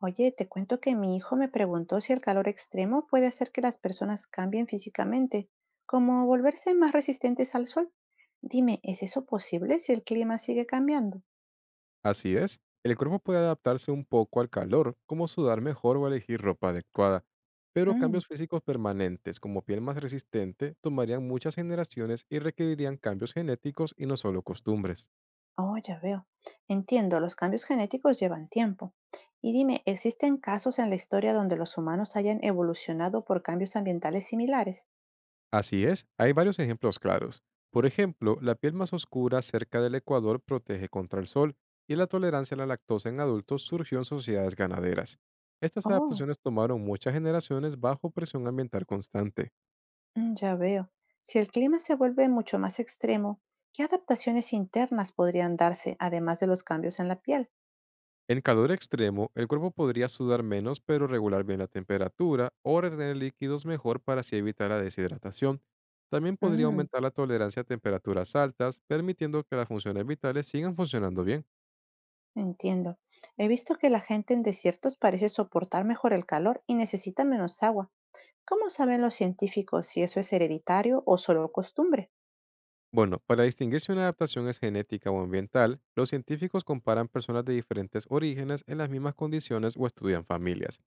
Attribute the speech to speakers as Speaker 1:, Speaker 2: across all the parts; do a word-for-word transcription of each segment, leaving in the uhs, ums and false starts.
Speaker 1: Oye, te cuento que mi hijo me preguntó si el calor extremo puede hacer que las personas cambien físicamente, como volverse más resistentes al sol. Dime, ¿es eso posible si el clima sigue cambiando?
Speaker 2: Así es, el cuerpo puede adaptarse un poco al calor, como sudar mejor o elegir ropa adecuada, pero
Speaker 1: Mm,
Speaker 2: cambios físicos permanentes, como piel más resistente, tomarían muchas generaciones y requerirían cambios genéticos y no solo costumbres.
Speaker 1: oh, ya veo. Entiendo, los cambios genéticos llevan tiempo. Y dime, ¿existen casos en la historia donde los humanos hayan evolucionado por cambios ambientales similares?
Speaker 2: Así es, hay varios ejemplos claros. Por ejemplo, la piel más oscura cerca del Ecuador protege contra el sol y la tolerancia a la lactosa en adultos surgió en sociedades ganaderas. Estas
Speaker 1: Oh,
Speaker 2: adaptaciones tomaron muchas generaciones bajo presión ambiental constante.
Speaker 1: mm, ya veo. Si el clima se vuelve mucho más extremo, ¿qué adaptaciones internas podrían darse además de los cambios en la piel?
Speaker 2: En calor extremo, el cuerpo podría sudar menos pero regular bien la temperatura o retener líquidos mejor para así evitar la deshidratación. También podría
Speaker 1: Mm,
Speaker 2: aumentar la tolerancia a temperaturas altas, permitiendo que las funciones vitales sigan funcionando bien.
Speaker 1: entiendo. He visto que la gente en desiertos parece soportar mejor el calor y necesita menos agua. ¿Cómo saben los científicos si eso es hereditario o solo costumbre?
Speaker 2: Bueno, para distinguir si una adaptación es genética o ambiental, los científicos comparan personas de diferentes orígenes en las mismas condiciones o estudian familias.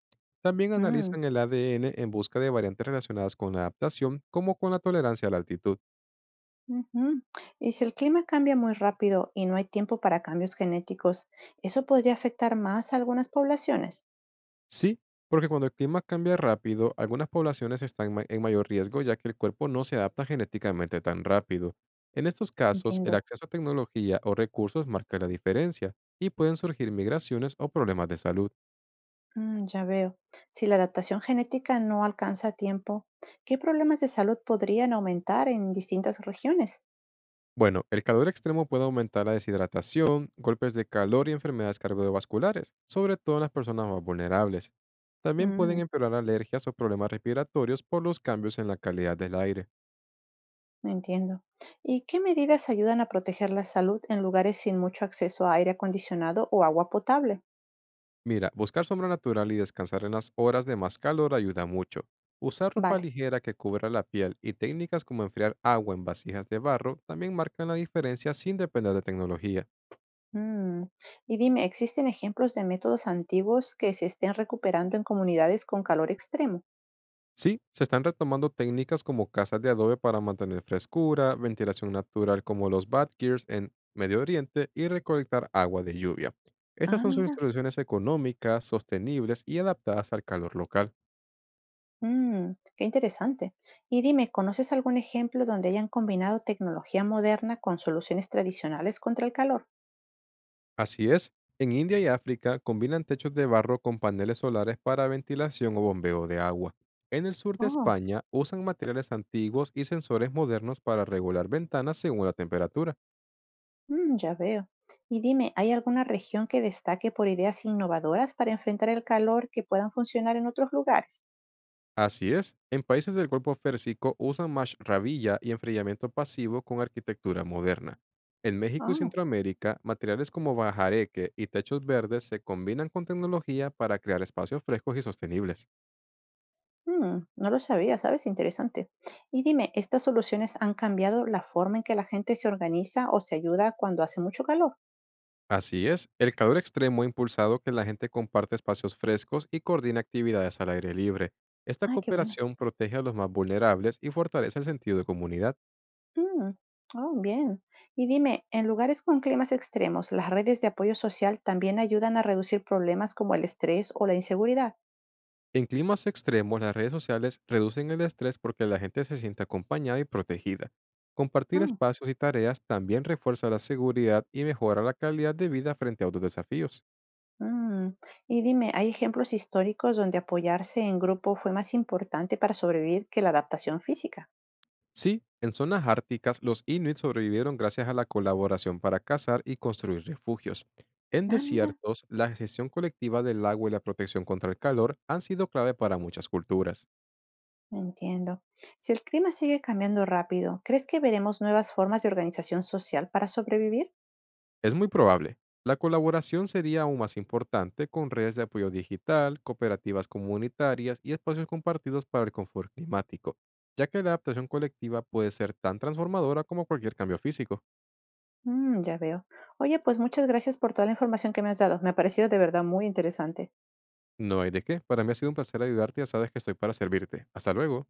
Speaker 2: También
Speaker 1: Mm,
Speaker 2: analizan el A D N en busca de variantes relacionadas con la adaptación, como con la tolerancia a la altitud.
Speaker 1: ujú. Y si el clima cambia muy rápido y no hay tiempo para cambios genéticos, ¿eso podría afectar más a algunas poblaciones?
Speaker 2: Sí, porque cuando el clima cambia rápido, algunas poblaciones están ma- en mayor riesgo ya que el cuerpo no se adapta genéticamente tan rápido. En estos casos, el
Speaker 1: Entiendo.
Speaker 2: acceso a tecnología o recursos marca la diferencia y pueden surgir migraciones o problemas de salud.
Speaker 1: Mm, ya veo. Si la adaptación genética no alcanza a tiempo, ¿qué problemas de salud podrían aumentar en distintas regiones?
Speaker 2: Bueno, el calor extremo puede aumentar la deshidratación, golpes de calor y enfermedades cardiovasculares, sobre todo en las personas más vulnerables. También pueden
Speaker 1: Mm.
Speaker 2: empeorar alergias o problemas respiratorios por los cambios en la calidad del aire.
Speaker 1: Entiendo. ¿Y qué medidas ayudan a proteger la salud en lugares sin mucho acceso a aire acondicionado o agua potable?
Speaker 2: Mira, buscar sombra natural y descansar en las horas de más calor ayuda mucho. Usar ropa
Speaker 1: Vale.
Speaker 2: ligera que cubra la piel y técnicas como enfriar agua en vasijas de barro también marcan la diferencia sin depender de tecnología.
Speaker 1: Mm. Y dime, ¿existen ejemplos de métodos antiguos que se estén recuperando en comunidades con calor extremo?
Speaker 2: Sí, se están retomando técnicas como casas de adobe para mantener frescura, ventilación natural como los badgers en Medio Oriente y recolectar agua de lluvia. Estas
Speaker 1: Ah,
Speaker 2: son sus
Speaker 1: mira.
Speaker 2: soluciones económicas, sostenibles y adaptadas al calor local.
Speaker 1: Mm, qué interesante. Y dime, ¿conoces algún ejemplo donde hayan combinado tecnología moderna con soluciones tradicionales contra el calor?
Speaker 2: Así es, en India y África combinan techos de barro con paneles solares para ventilación o bombeo de agua. En el sur de
Speaker 1: Oh.
Speaker 2: España usan materiales antiguos y sensores modernos para regular ventanas según la temperatura.
Speaker 1: Mm, ya veo. Y dime, ¿hay alguna región que destaque por ideas innovadoras para enfrentar el calor que puedan funcionar en otros lugares?
Speaker 2: Así es, en países del Golfo Férsico usan rabilla y enfriamiento pasivo con arquitectura moderna. En México y
Speaker 1: Oh,
Speaker 2: Centroamérica, materiales como bajareque y techos verdes se combinan con tecnología para crear espacios frescos y sostenibles.
Speaker 1: mm, no lo sabía, ¿sabes? Interesante. Y dime, ¿estas soluciones han cambiado la forma en que la gente se organiza o se ayuda cuando hace mucho calor?
Speaker 2: Así es, el calor extremo ha impulsado que la gente comparte espacios frescos y coordine actividades al aire libre. Esta
Speaker 1: Ay, qué bueno.
Speaker 2: cooperación protege a los más vulnerables y fortalece el sentido de comunidad.
Speaker 1: Mm, oh, bien. Y dime, ¿en lugares con climas extremos, las redes de apoyo social también ayudan a reducir problemas como el estrés o la inseguridad?
Speaker 2: En climas extremos, las redes sociales reducen el estrés porque la gente se siente acompañada y protegida. Compartir
Speaker 1: Ah,
Speaker 2: espacios y tareas también refuerza la seguridad y mejora la calidad de vida frente a otros desafíos.
Speaker 1: mm, y dime, ¿hay ejemplos históricos donde apoyarse en grupo fue más importante para sobrevivir que la adaptación física?
Speaker 2: Sí, en zonas árticas los inuit sobrevivieron gracias a la colaboración para cazar y construir refugios. En
Speaker 1: Ah, mira,
Speaker 2: desiertos, la gestión colectiva del agua y la protección contra el calor han sido clave para muchas culturas.
Speaker 1: entiendo. Si el clima sigue cambiando rápido, ¿crees que veremos nuevas formas de organización social para sobrevivir?
Speaker 2: Es muy probable. La colaboración sería aún más importante con redes de apoyo digital, cooperativas comunitarias y espacios compartidos para el confort climático, ya que la adaptación colectiva puede ser tan transformadora como cualquier cambio físico.
Speaker 1: Mm, ya veo. Oye, pues muchas gracias por toda la información que me has dado. Me ha parecido de verdad muy interesante.
Speaker 2: No hay de qué. Para mí ha sido un placer ayudarte y ya sabes que estoy para servirte. Hasta luego.